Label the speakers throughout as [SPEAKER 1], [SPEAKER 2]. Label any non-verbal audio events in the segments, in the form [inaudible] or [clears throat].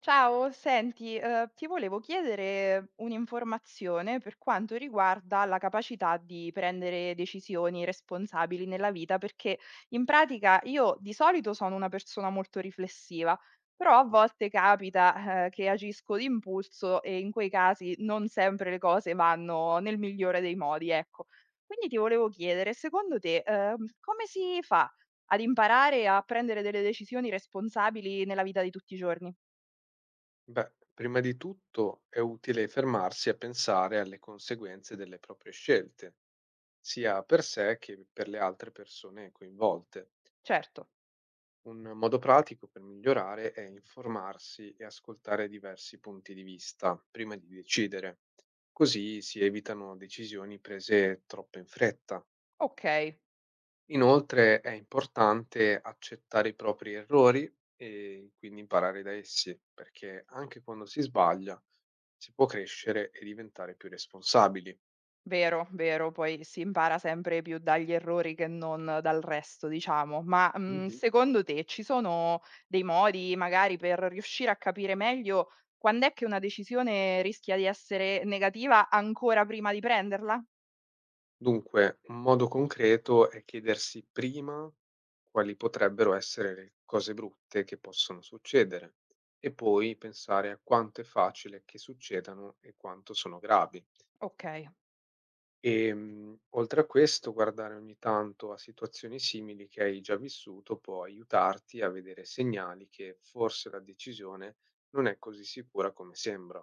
[SPEAKER 1] Ciao, senti, ti volevo chiedere un'informazione per quanto riguarda la capacità di prendere decisioni responsabili nella vita, perché in pratica io di solito sono una persona molto riflessiva, però a
[SPEAKER 2] Mh,
[SPEAKER 1] volte capita, che agisco d'impulso e in quei casi non sempre le cose vanno nel migliore dei modi, ecco. Quindi ti volevo chiedere, secondo te, come si fa ad imparare a prendere delle decisioni responsabili nella vita di tutti i giorni?
[SPEAKER 2] beh, prima di tutto è utile fermarsi a pensare alle conseguenze delle proprie scelte, sia per sé che per le altre persone coinvolte.
[SPEAKER 1] Certo,
[SPEAKER 2] Un modo pratico per migliorare è informarsi e ascoltare diversi punti di vista prima di decidere. Così si evitano decisioni prese troppo in fretta.
[SPEAKER 1] okay,
[SPEAKER 2] Inoltre è importante accettare i propri errori e quindi imparare da essi, perché anche quando si sbaglia si può crescere e diventare più responsabili.
[SPEAKER 1] vero, vero, poi si impara sempre più dagli errori che non dal resto, diciamo.
[SPEAKER 2] Mhm.
[SPEAKER 1] Secondo te ci sono dei modi magari per riuscire a capire meglio quand'è che una decisione rischia di essere negativa ancora prima di prenderla?
[SPEAKER 2] Dunque, un modo concreto è chiedersi prima quali potrebbero essere le cose brutte che possono succedere e poi pensare a quanto è facile che succedano e quanto sono gravi.
[SPEAKER 1] Okay.
[SPEAKER 2] Oltre a questo, guardare ogni tanto a situazioni simili che hai già vissuto può aiutarti a vedere segnali che forse la decisione non è così sicura come sembra.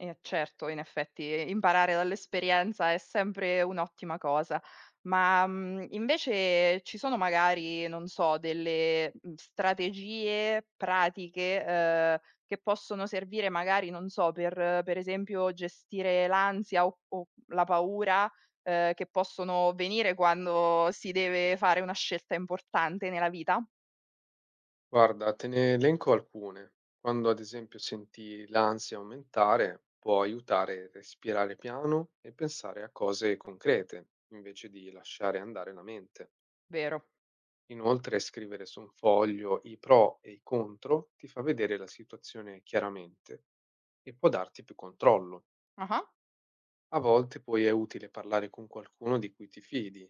[SPEAKER 1] Certo, in effetti imparare dall'esperienza è sempre un'ottima cosa. Invece ci sono magari, non so, strategie pratiche, che possono servire magari, non so, per esempio gestire l'ansia o la paura, che possono venire quando si deve fare una scelta importante nella vita?
[SPEAKER 2] Guarda, te ne elenco alcune. Quando ad esempio senti l'ansia aumentare, può aiutare a respirare piano e pensare a cose concrete, invece di lasciare andare la mente.
[SPEAKER 1] Vero.
[SPEAKER 2] Inoltre, scrivere su un foglio i pro e i contro ti fa vedere la situazione chiaramente e può darti più controllo.
[SPEAKER 1] Ah-ah.
[SPEAKER 2] A volte poi è utile parlare con qualcuno di cui ti fidi.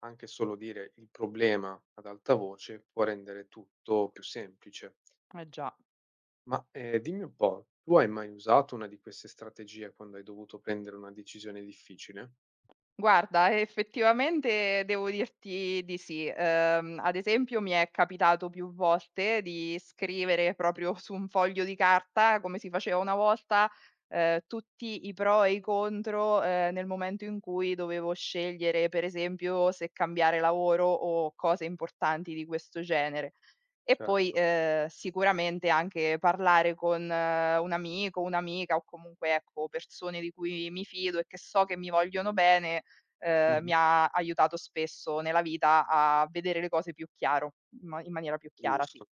[SPEAKER 2] Anche solo dire il problema ad alta voce può rendere tutto più semplice.
[SPEAKER 1] Eh già.
[SPEAKER 2] Ma dimmi un po', tu hai mai usato una di queste strategie quando hai dovuto prendere una decisione difficile?
[SPEAKER 1] Guarda, effettivamente devo dirti di sì. Ad esempio mi è capitato più volte di scrivere proprio su un foglio di carta, come si faceva una volta, tutti i pro e i contro, nel momento in cui dovevo scegliere, per esempio, se cambiare lavoro o cose importanti di questo genere. E poi,
[SPEAKER 2] Certo.
[SPEAKER 1] sicuramente anche parlare con un amico, un'amica o comunque, ecco, persone di cui mi fido e che so che mi vogliono bene,
[SPEAKER 2] Mhm.
[SPEAKER 1] mi ha aiutato spesso nella vita a vedere le cose più chiaro, in maniera più chiara, sì.
[SPEAKER 2] Giusto.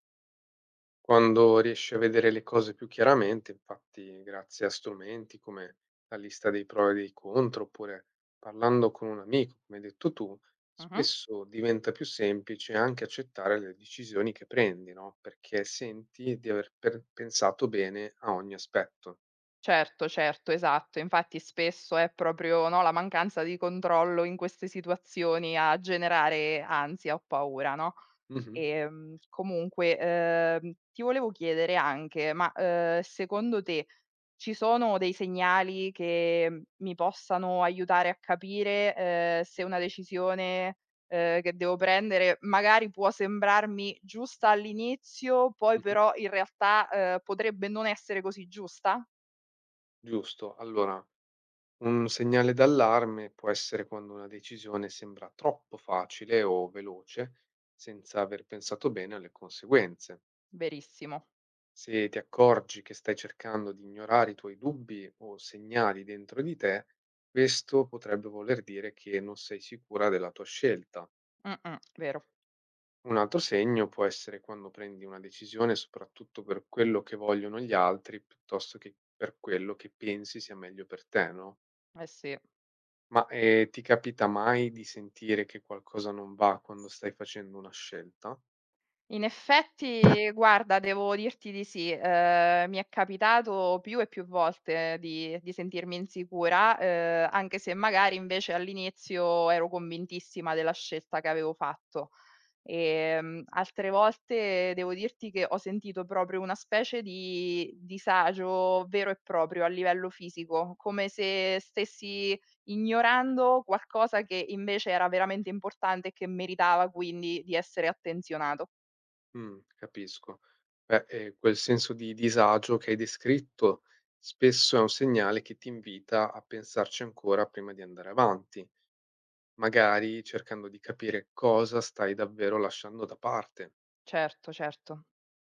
[SPEAKER 2] Quando riesci a vedere le cose più chiaramente, infatti, grazie a strumenti come la lista dei pro e dei contro, oppure parlando con un amico, come hai detto tu,
[SPEAKER 1] Mh-mh.
[SPEAKER 2] spesso diventa più semplice anche accettare le decisioni che prendi, no? Perché senti di aver pensato bene a ogni aspetto.
[SPEAKER 1] Certo, certo, esatto. Infatti spesso è proprio, no, la mancanza di controllo in queste situazioni a generare ansia o paura, no?
[SPEAKER 2] Mhm,
[SPEAKER 1] Comunque, ti volevo chiedere anche, secondo te ci sono dei segnali che mi possano aiutare a capire, se una decisione, che devo prendere magari può sembrarmi giusta all'inizio, poi
[SPEAKER 2] mhm.
[SPEAKER 1] però in realtà, potrebbe non essere così giusta?
[SPEAKER 2] Giusto. Allora, un segnale d'allarme può essere quando una decisione sembra troppo facile o veloce, senza aver pensato bene alle conseguenze.
[SPEAKER 1] Verissimo.
[SPEAKER 2] Se ti accorgi che stai cercando di ignorare i tuoi dubbi o segnali dentro di te, questo potrebbe voler dire che non sei sicura della tua scelta.
[SPEAKER 1] Mh-mh, vero.
[SPEAKER 2] Un altro segno può essere quando prendi una decisione soprattutto per quello che vogliono gli altri piuttosto che per quello che pensi sia meglio per te, no?
[SPEAKER 1] Eh sì.
[SPEAKER 2] Ma ti capita mai di sentire che qualcosa non va quando stai facendo una scelta?
[SPEAKER 1] In effetti guarda, devo dirti di sì. Mi è capitato più e più volte di sentirmi insicura, anche se magari invece all'inizio ero convintissima della scelta che avevo fatto. Altre volte devo dirti che ho sentito proprio una specie di disagio vero e proprio a livello fisico, come se stessi ignorando qualcosa che invece era veramente importante e che meritava quindi di essere attenzionato.
[SPEAKER 2] Capisco. Beh, quel senso di disagio che hai descritto spesso è un segnale che ti invita a pensarci ancora prima di andare avanti, magari cercando di capire cosa stai davvero lasciando da parte.
[SPEAKER 1] Certo, certo.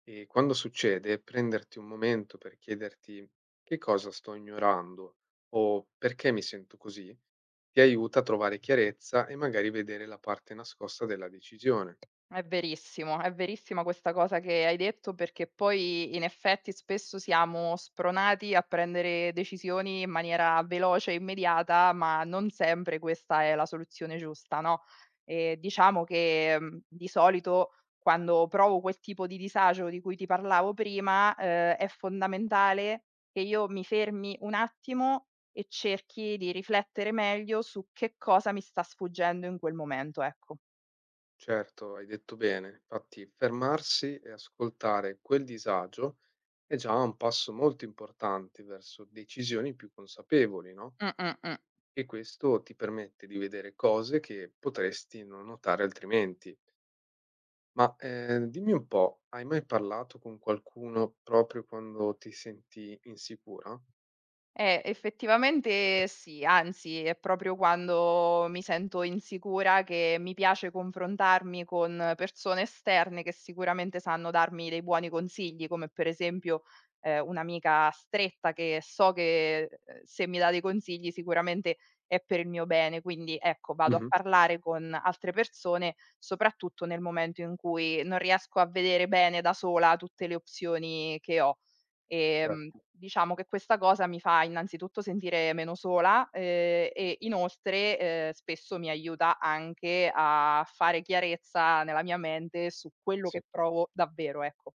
[SPEAKER 2] E quando succede, prenderti un momento per chiederti: "Che cosa sto ignorando?" o "Perché mi sento così?" ti aiuta a trovare chiarezza e magari vedere la parte nascosta della decisione.
[SPEAKER 1] È verissimo, è verissima questa cosa che hai detto perché poi in effetti spesso siamo spronati a prendere decisioni in maniera veloce e immediata, ma non sempre questa è la soluzione giusta, no, diciamo che di solito quando provo quel tipo di disagio di cui ti parlavo prima, è fondamentale che io mi fermi un attimo e cerchi di riflettere meglio su che cosa mi sta sfuggendo in quel momento, ecco.
[SPEAKER 2] Certo, hai detto bene. Infatti, fermarsi e ascoltare quel disagio è già un passo molto importante verso decisioni più consapevoli, no?
[SPEAKER 1] Mh, mh, mh.
[SPEAKER 2] E questo ti permette di vedere cose che potresti non notare altrimenti. Ma dimmi un po', hai mai parlato con qualcuno proprio quando ti senti insicura?
[SPEAKER 1] Effettivamente sì, anzi è proprio quando mi sento insicura che mi piace confrontarmi con persone esterne che sicuramente sanno darmi dei buoni consigli, come per esempio, un'amica stretta che so che, se mi dà dei consigli sicuramente è per il mio bene. Quindi ecco, vado a
[SPEAKER 2] Mhm.
[SPEAKER 1] parlare con altre persone, soprattutto nel momento in cui non riesco a vedere bene da sola tutte le opzioni che ho.
[SPEAKER 2] Certo,
[SPEAKER 1] Diciamo che questa cosa mi fa innanzitutto sentire meno sola, e inoltre, spesso mi aiuta anche a fare chiarezza nella mia mente su quello
[SPEAKER 2] sì.
[SPEAKER 1] che provo davvero, ecco.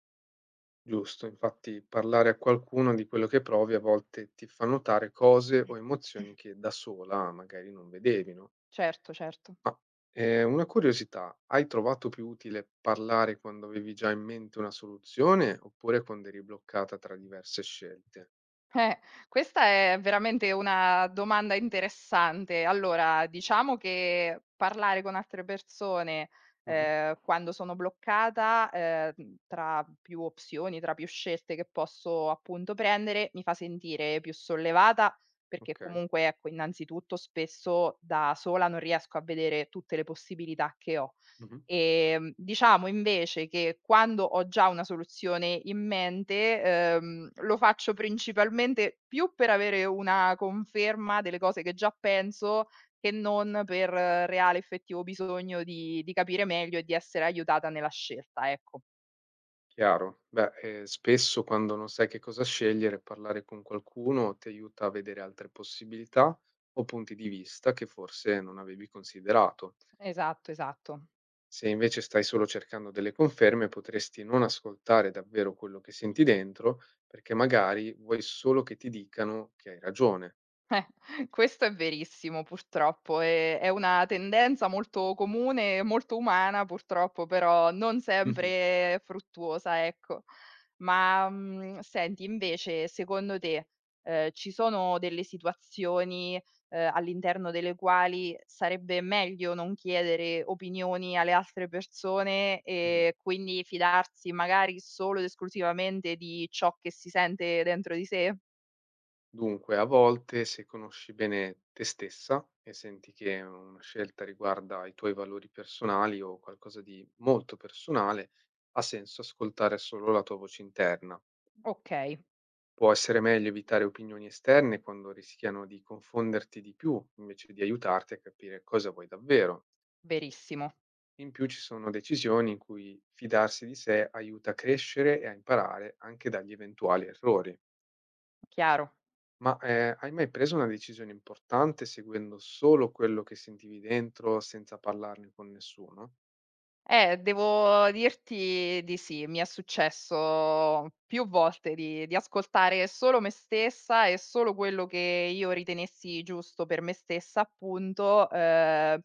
[SPEAKER 2] Giusto, infatti parlare a qualcuno di quello che provi a volte ti fa notare cose o
[SPEAKER 1] [clears throat]
[SPEAKER 2] emozioni che da sola magari non vedevi, no?
[SPEAKER 1] Certo, certo.
[SPEAKER 2] Ma una curiosità, hai trovato più utile parlare quando avevi già in mente una soluzione oppure quando eri bloccata tra diverse scelte?
[SPEAKER 1] Eh, questa è veramente una domanda interessante. Allora, diciamo che parlare con altre persone,
[SPEAKER 2] Mhm.
[SPEAKER 1] quando sono bloccata, tra più opzioni, tra più scelte che posso appunto prendere, mi fa sentire più sollevata, perché
[SPEAKER 2] Ok,
[SPEAKER 1] comunque, ecco, innanzitutto spesso da sola non riesco a vedere tutte le possibilità che ho.
[SPEAKER 2] mhm,
[SPEAKER 1] Diciamo invece che quando ho già una soluzione in mente, lo faccio principalmente più per avere una conferma delle cose che già penso, che non per reale effettivo bisogno di capire meglio e di essere aiutata nella scelta, ecco.
[SPEAKER 2] chiaro. Beh, spesso quando non sai che cosa scegliere, parlare con qualcuno ti aiuta a vedere altre possibilità o punti di vista che forse non avevi considerato.
[SPEAKER 1] Esatto, esatto.
[SPEAKER 2] Se invece stai solo cercando delle conferme, potresti non ascoltare davvero quello che senti dentro, perché magari vuoi solo che ti dicano che hai ragione.
[SPEAKER 1] Questo è verissimo purtroppo, è una tendenza molto comune e molto umana purtroppo, però non
[SPEAKER 2] Mhm.
[SPEAKER 1] sempre fruttuosa, ecco. Senti invece secondo te, ci sono delle situazioni, all'interno delle quali sarebbe meglio non chiedere opinioni alle altre persone
[SPEAKER 2] Mm.
[SPEAKER 1] e quindi fidarsi magari solo ed esclusivamente di ciò che si sente dentro di sé?
[SPEAKER 2] Dunque, a volte, se conosci bene te stessa e senti che una scelta riguarda i tuoi valori personali o qualcosa di molto personale, ha senso ascoltare solo la tua voce interna.
[SPEAKER 1] Okay,
[SPEAKER 2] Può essere meglio evitare opinioni esterne quando rischiano di confonderti di più, invece di aiutarti a capire cosa vuoi davvero.
[SPEAKER 1] verissimo,
[SPEAKER 2] In più ci sono decisioni in cui fidarsi di sé aiuta a crescere e a imparare anche dagli eventuali errori.
[SPEAKER 1] chiaro.
[SPEAKER 2] Ma hai mai preso una decisione importante seguendo solo quello che sentivi dentro senza parlarne con nessuno?
[SPEAKER 1] Devo dirti di sì. Mi è successo più volte di ascoltare solo me stessa e solo quello che io ritenessi giusto per me stessa, appunto,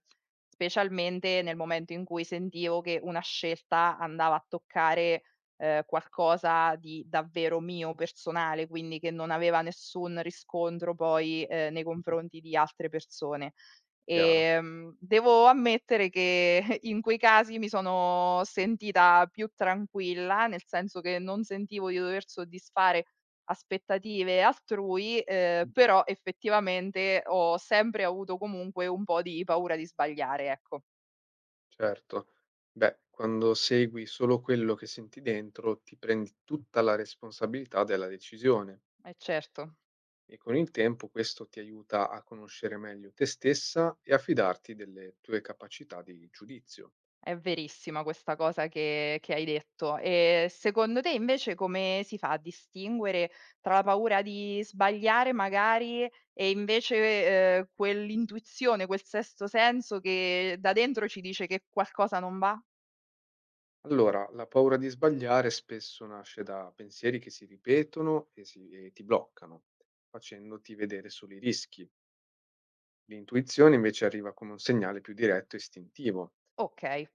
[SPEAKER 1] specialmente nel momento in cui sentivo che una scelta andava a toccare, qualcosa di davvero mio, personale, quindi che non aveva nessun riscontro poi, nei
[SPEAKER 2] Mh-mh.
[SPEAKER 1] confronti di altre persone.
[SPEAKER 2] Chiaro.
[SPEAKER 1] Devo ammettere che [laughs] in quei casi mi sono sentita più tranquilla, nel senso che non sentivo di dover soddisfare aspettative altrui,
[SPEAKER 2] Mh-mh.
[SPEAKER 1] però effettivamente ho sempre avuto comunque un po' di paura di sbagliare, ecco.
[SPEAKER 2] Certo. Beh, quando segui solo quello che senti dentro, ti prendi tutta la responsabilità della decisione
[SPEAKER 1] Eh certo.
[SPEAKER 2] e con il tempo questo ti aiuta a conoscere meglio te stessa e a fidarti delle tue capacità di giudizio.
[SPEAKER 1] È verissima questa cosa che hai detto. E secondo te invece come si fa a distinguere tra la paura di sbagliare magari e invece, quell'intuizione, quel sesto senso che da dentro ci dice che qualcosa non va?
[SPEAKER 2] Allora, la paura di sbagliare spesso nasce da pensieri che si ripetono e, e ti bloccano, facendoti vedere solo i rischi. L'intuizione invece arriva come un segnale più diretto e istintivo.
[SPEAKER 1] Okay,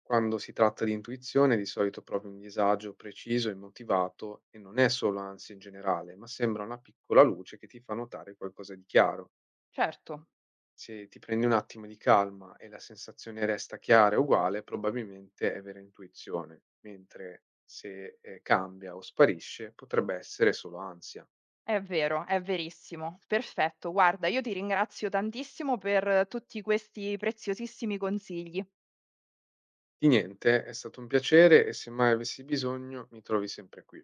[SPEAKER 2] Quando si tratta di intuizione, di solito provi un disagio preciso e motivato e non è solo ansia in generale, ma sembra una piccola luce che ti fa notare qualcosa di chiaro.
[SPEAKER 1] certo,
[SPEAKER 2] Se ti prendi un attimo di calma e la sensazione resta chiara e uguale, probabilmente è vera intuizione, mentre se cambia o sparisce potrebbe essere solo ansia.
[SPEAKER 1] è vero, è verissimo. Perfetto, guarda io ti ringrazio tantissimo per tutti questi preziosissimi consigli.
[SPEAKER 2] Di niente, è stato un piacere e se mai avessi bisogno mi trovi sempre qui.